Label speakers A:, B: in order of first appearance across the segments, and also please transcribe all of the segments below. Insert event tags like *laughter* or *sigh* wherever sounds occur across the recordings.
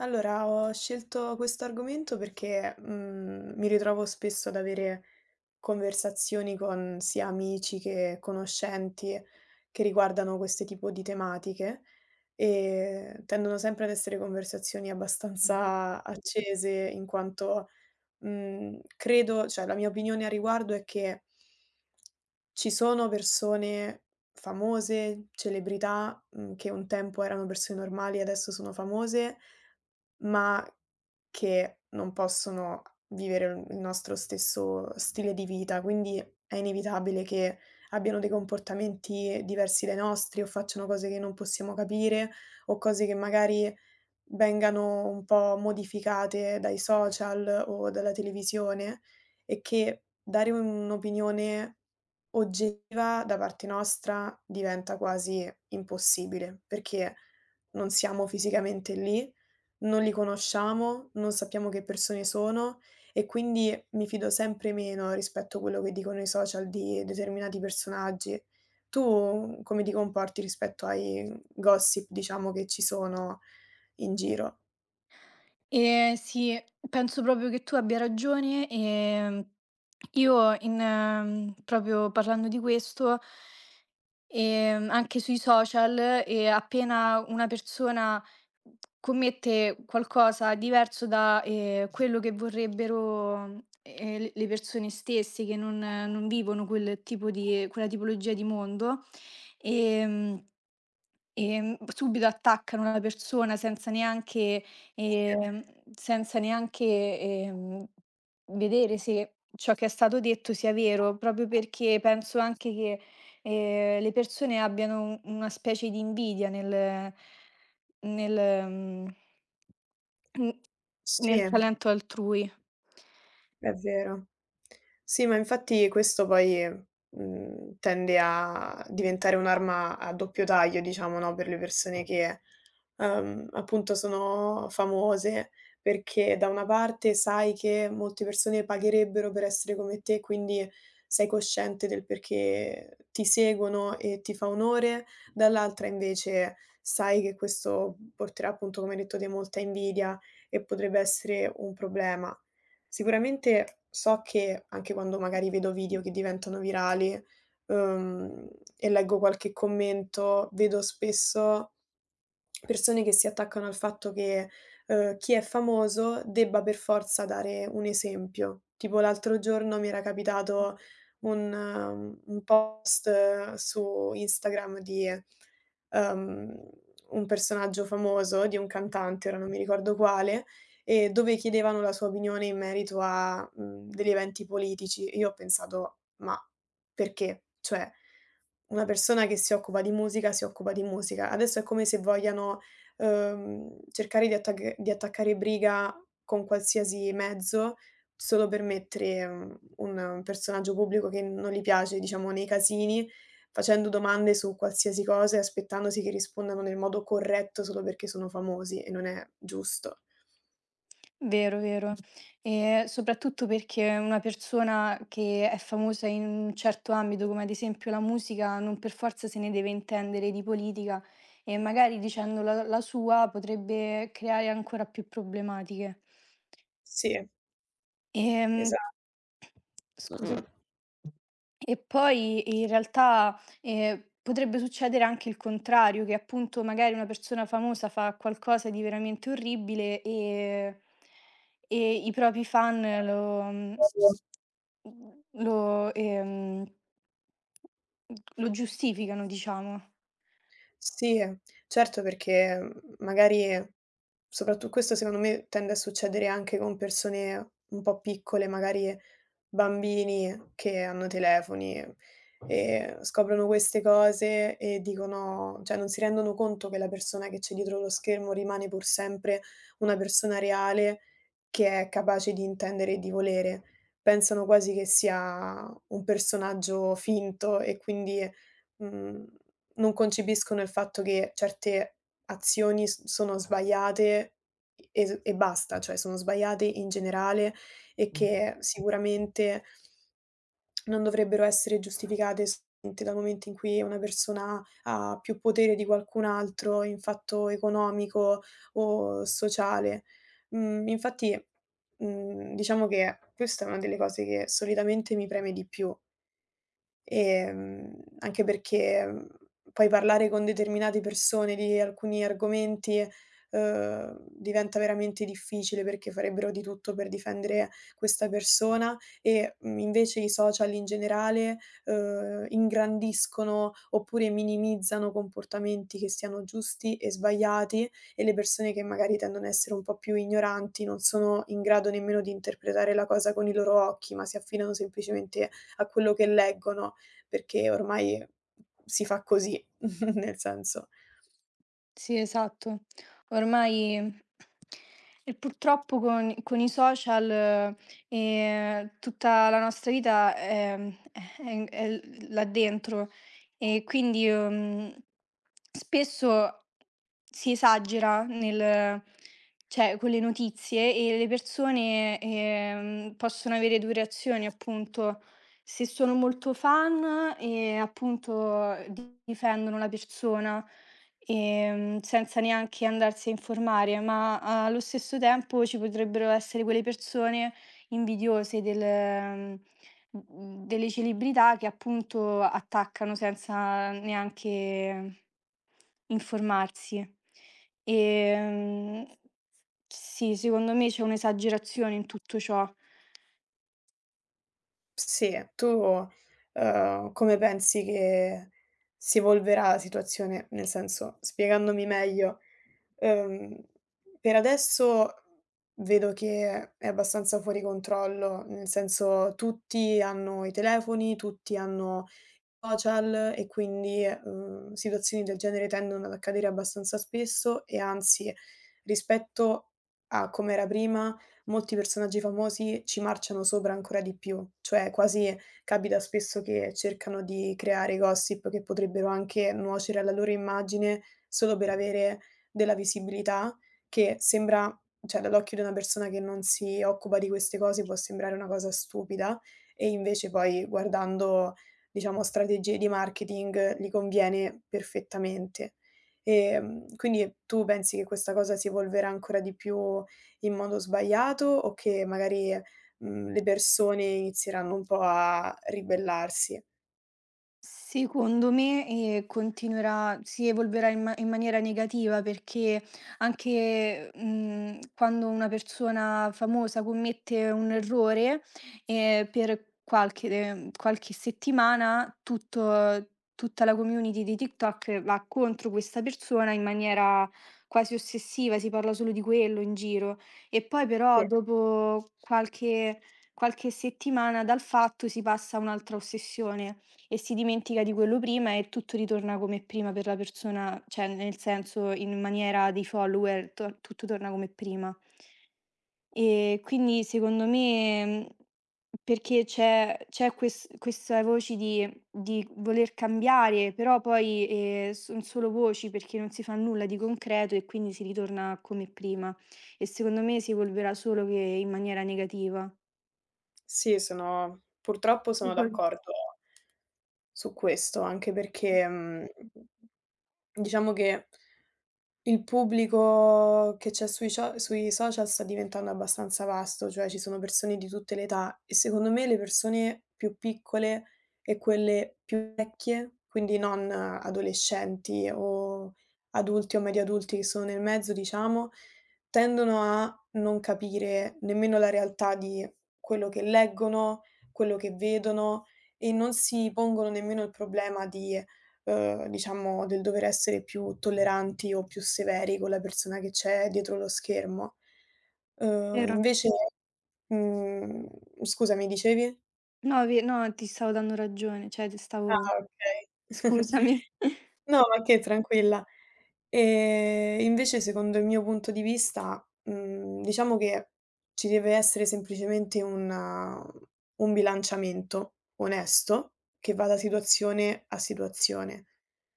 A: Allora, ho scelto questo argomento perché, mi ritrovo spesso ad avere conversazioni con sia amici che conoscenti che riguardano queste tipo di tematiche e tendono sempre ad essere conversazioni abbastanza accese in quanto, credo, cioè la mia opinione a riguardo è che ci sono persone famose, celebrità, che un tempo erano persone normali e adesso sono famose, ma che non possono vivere il nostro stesso stile di vita, quindi è inevitabile che abbiano dei comportamenti diversi dai nostri o facciano cose che non possiamo capire o cose che magari vengano un po' modificate dai social o dalla televisione e che dare un'opinione oggettiva da parte nostra diventa quasi impossibile, perché non siamo fisicamente lì, non li conosciamo, non sappiamo che persone sono e quindi mi fido sempre meno rispetto a quello che dicono i social di determinati personaggi. Tu come ti comporti rispetto ai gossip, diciamo, che ci sono in giro.
B: Sì, penso proprio che tu abbia ragione, io in proprio parlando di questo. Anche sui social, e appena una persona commette qualcosa diverso da, quello che vorrebbero, le persone stesse che non vivono quel tipo di quella tipologia di mondo, ehm, subito attaccano la persona senza neanche
A: Sì.
B: ehm, senza neanche, ehm, vedere se ciò che è stato detto sia vero, proprio perché penso anche che le persone abbiano u una specie di invidia nel nel mhmm mhmm, nel Mh-mh.
A: Sì,
B: Talento altrui.
A: è vero. Sì, ma infatti questo poi, tende a diventare un'arma a doppio taglio, diciamo, no, per le persone che appunto sono famose, perché da una parte sai che molte persone pagherebbero per essere come te, quindi sei cosciente del perché ti seguono e ti fa onore, dall'altra invece sai che questo porterà appunto, come hai detto te, molta invidia e potrebbe essere un problema. Sicuramente so che anche quando magari vedo video che diventano virali, ehm, e leggo qualche commento, vedo spesso persone che si attaccano al fatto che, chi è famoso debba per forza dare un esempio. Tipo l'altro giorno mi era capitato un post su Instagram di, uhm, un personaggio famoso, di un cantante, ora non mi ricordo quale, e dove chiedevano la sua opinione in merito a, degli eventi politici. Io ho pensato: "Ma" perché, cioè, una persona che si occupa di musica, si occupa di musica. Adesso è come se vogliano, cercare di attacc di attaccare briga con qualsiasi mezzo, solo per mettere, un personaggio pubblico che non gli piace, diciamo, nei casini, facendo domande su qualsiasi cosa e aspettandosi che rispondano nel modo corretto solo perché sono famosi e non è giusto.
B: Vero, vero. Soprattutto perché una persona che è famosa in un certo ambito, come ad esempio la musica, non per forza se ne deve intendere di politica, e magari dicendo la sua potrebbe creare ancora più problematiche.
A: Sì,
B: Ehm
A: esatto.
B: Scusa. E poi in realtà, potrebbe succedere anche il contrario, che appunto magari una persona famosa fa qualcosa di veramente orribile, e i propri fan lo lo giustificano, diciamo.
A: Sì, certo perché, magari soprattut questo secondo me tende a succedere anche con persone un po' piccole, magari bambini che hanno telefoni, e scoprono queste cose e dicono, cioè non si rendono conto che la persona che c'è dietro lo schermo rimane pur sempre una persona reale che è capace di intendere e di volere. Pensano quasi che sia un personaggio finto e quindi, mhmm, non concepiscono il fatto che certe azioni s sono sbagliate e basta, cioè sono sbagliate in generale e che sicuramente non dovrebbero essere giustificate solamente dal momento in cui una persona ha più potere di qualcun altro in fatto economico o sociale. Infatti, diciamo che questa è una delle cose che solitamente mi preme di più. Ehm, Anche perché, poi parlare con determinate persone di alcuni argomenti, diventa veramente difficile perché farebbero di tutto per difendere questa persona e, invece i social in generale, ingrandiscono oppure minimizzano comportamenti che siano giusti e sbagliati e le persone che magari tendono a essere un po' più ignoranti non sono in grado nemmeno di interpretare la cosa con i loro occhi, ma si affidano semplicemente a quello che leggono. Perché ormai si fa così, *laughs* nel senso
B: Sì, esatto. Ormai, e purtroppo, con i social, tutta la nostra vita è l là dentro, e quindi, spesso si esagera nel, cioè, con le notizie, e le persone, possono avere 2 reazioni, appunto. Se sono molto fan, e appunto difendono la persona senza neanche andarsi a informare, ma allo stesso tempo ci potrebbero essere quelle persone invidiose del mhmm, mhmm, delle celebrità che appunto attaccano senza neanche informarsi. Ehm, sì, secondo me c'è un'esagerazione in tutto ciò.
A: sì, tu, come pensi che si evolverà la situazione? Nel senso, spiegandomi meglio, uhm, per adesso vedo che è abbastanza fuori controllo, nel senso tutti hanno i telefoni, tutti hanno social e quindi, situazioni del genere tendono ad accadere abbastanza spesso e anzi, rispetto a come era prima, molti personaggi famosi ci marciano sopra ancora di più. Cioè quasi capita spesso che cercano di creare gossip che potrebbero anche nuocere alla loro immagine solo per avere della visibilità che sembra, cioè dall'occhio di una persona che non si occupa di queste cose può sembrare una cosa stupida e invece poi guardando, diciamo, strategie di marketing gli conviene perfettamente. Quindi tu pensi che questa cosa si evolverà ancora di più in modo sbagliato o che magari, le persone inizieranno un po' a ribellarsi?
B: Secondo me, continuerà si evolverà in ma in maniera negativa, perché anche, quando una persona famosa commette un errore, per qualche settimana tutto tutta la community di TikTok va contro questa persona in maniera quasi ossessiva, si parla solo di quello in giro. E poi
A: Sì,
B: però dopo qualche settimana dal fatto si passa a un'altra ossessione. E si dimentica di quello prima, e tutto ritorna come prima per la persona, cioè, nel senso, in maniera di follower to tutto torna come prima. E quindi secondo me, perché c'è c'è ques queste voci di voler cambiare, però poi, son solo voci, perché non si fa nulla di concreto, e quindi si ritorna come prima. E secondo me si evolverà solo che in maniera negativa.
A: sì, sono purtroppo sono
B: Tipo il
A: d'accordo su questo, anche
B: mh-mh.
A: perché, diciamo che il pubblico che c'è sui social sta diventando abbastanza vasto, cioè ci sono persone di tutte le età e secondo me le persone più piccole e quelle più vecchie, quindi non adolescenti o adulti o medio adulti che sono nel mezzo, diciamo, tendono a non capire nemmeno la realtà di quello che leggono, quello che vedono e non si pongono nemmeno il problema di, diciamo, del dover essere più tolleranti o più severi con la persona che c'è dietro lo schermo.
B: Vero.
A: Invece mhmm, scusa, mi dicevi?
B: No, ve no, ti stavo dando ragione, cioè ti stavo
A: Ah, okay. *laughs*
B: scusami.
A: No,
B: *laughs*
A: ma che tranquilla. Invece secondo il mio punto di vista, diciamo che ci deve essere semplicemente un bilanciamento onesto che va da situazione a situazione.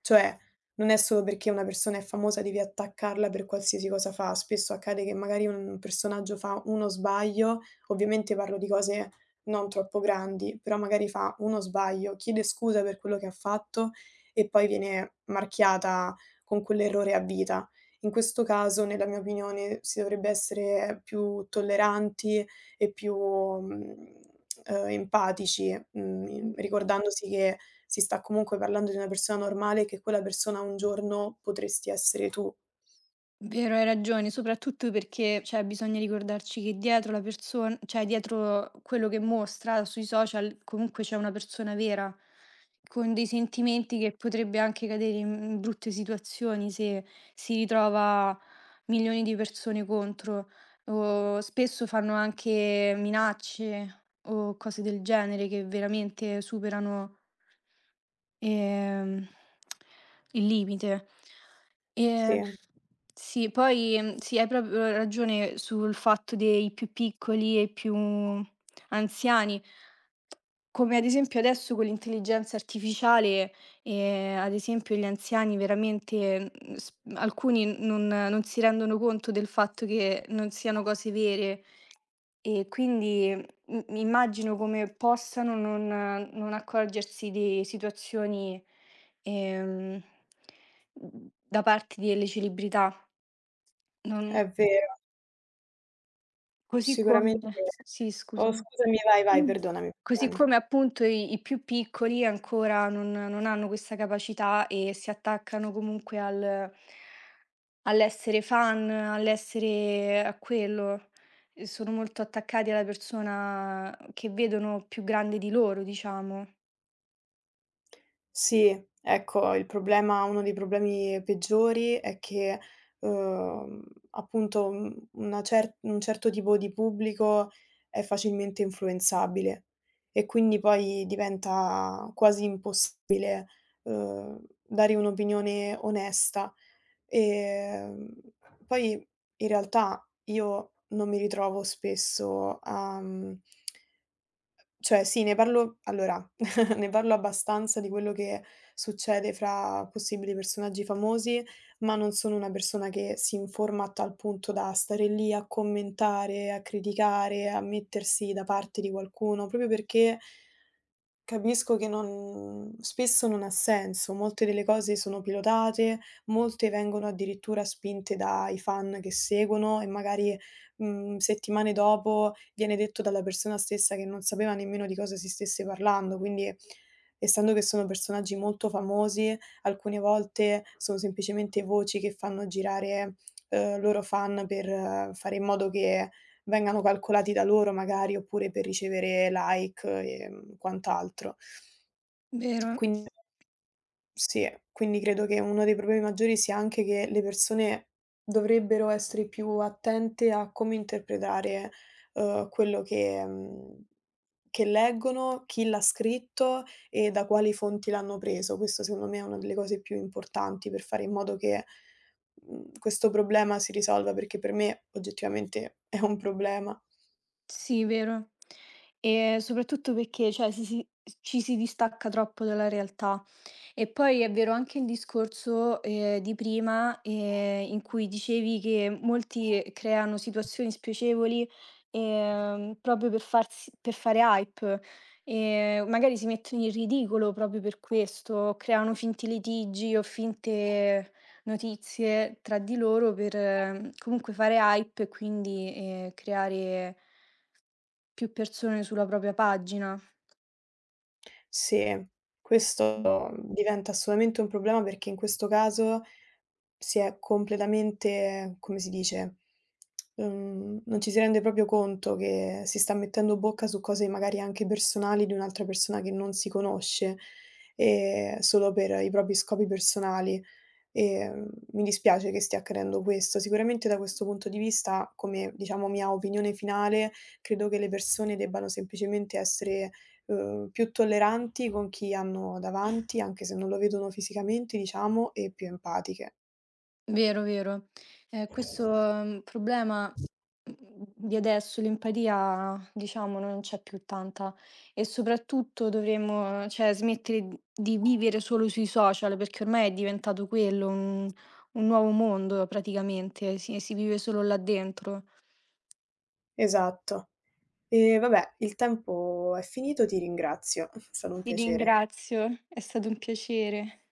A: Cioè, non è solo perché una persona è famosa devi attaccarla per qualsiasi cosa fa. Spesso accade che magari un personaggio fa uno sbaglio, ovviamente parlo di cose non troppo grandi, però magari fa uno sbaglio, chiede scusa per quello che ha fatto e poi viene marchiata con quell'errore a vita. In questo caso, nella mia opinione, si dovrebbe essere più tolleranti e più, empatici, in ricordandosi che si sta comunque parlando di una persona normale e che quella persona un giorno potresti essere tu.
B: Vero, hai ragione, soprattutto perché, cioè, bisogna ricordarci che dietro la person cioè dietro quello che mostra sui social comunque c'è una persona vera, con dei sentimenti, che potrebbe anche cadere in brutte situazioni se si ritrova milioni di persone contro, o spesso fanno anche minacce o cose del genere che veramente superano Ehm, il limite. Ehm,
A: Sì,
B: sì, poi, sì, hai proprio ragione sul fatto dei più piccoli e più anziani. Come ad esempio adesso con l'intelligenza artificiale, ad esempio gli anziani veramente, mhmm, s alcuni non si rendono conto del fatto che non siano cose vere. E quindi, mi immagino come possano non non accorgersi di situazioni, ehm, da parte delle celebrità. Non
A: è vero,
B: Così come
A: sicuramente
B: sì
A: oh,
B: scusami.
A: scusami, vai, vai,
B: Mh.
A: perdonami,
B: Così
A: perdonami.
B: come appunto i più piccoli ancora non hanno questa capacità, e si attaccano comunque al all'essere fan, all'essere a quello. E sono molto attaccati alla persona che vedono più grande di loro, diciamo.
A: Sì, ecco il problema, uno dei problemi peggiori è che, uhm, appunto, una cer un certo tipo di pubblico è facilmente influenzabile e quindi poi diventa quasi impossibile, dare un'opinione onesta. Ehm, Poi in realtà io non mi ritrovo spesso a cioè sì, ne parlo, allora *laughs* ne parlo abbastanza di quello che succede fra possibili personaggi famosi, ma non sono una persona che si informa a tal punto da stare lì a commentare, a criticare, a mettersi da parte di qualcuno, proprio perché capisco che non spesso non ha senso, molte delle cose sono pilotate, molte vengono addirittura spinte dai fan che seguono e magari, settimane dopo viene detto dalla persona stessa che non sapeva nemmeno di cosa si stesse parlando. Quindi, essendo che sono personaggi molto famosi, alcune volte sono semplicemente voci che fanno girare, loro fan per fare in modo che vengano calcolati da loro magari, oppure per ricevere like e, quant'altro.
B: Vero,
A: Quindi sì, quindi credo che uno dei problemi maggiori sia anche che le persone dovrebbero essere più attente a come interpretare, quello che che leggono, chi l'ha scritto e da quali fonti l'hanno preso. Questo secondo me è una delle cose più importanti per fare in modo che, questo problema si risolva, perché per me oggettivamente è un problema.
B: sì, vero. E soprattutto perché, cioè, ci si distacca troppo dalla realtà. E poi è vero anche il discorso, di prima, in cui dicevi che molti creano situazioni spiacevoli, proprio per farsi per fare hype, magari si mettono in ridicolo proprio per questo, creano finti litigi o finte notizie tra di loro per, comunque fare hype, e quindi, creare più persone sulla propria pagina.
A: Sì, questo diventa assolutamente un problema perché in questo caso si è completamente, come si dice, non ci si rende proprio conto che si sta mettendo bocca su cose magari anche personali di un'altra persona che non si conosce, solo per i propri scopi personali. Ehm, Mi dispiace che stia accadendo questo. Sicuramente da questo punto di vista, come diciamo mia opinione finale, credo che le persone debbano semplicemente essere, più tolleranti con chi hanno davanti, anche se non lo vedono fisicamente, diciamo, e più empatiche.
B: Vero, vero. Questo, problema, di adesso, l'empatia, diciamo, non c'è più tanta, e soprattutto dovremmo, cioè, smettere d di vivere solo sui social, perché ormai è diventato quello, un nuovo mondo praticamente, si vive solo là dentro.
A: Esatto. E vabbè, il tempo è finito, ti ringrazio. *laughs* È stato un
B: Ti
A: piacere.
B: ringrazio, è stato un piacere.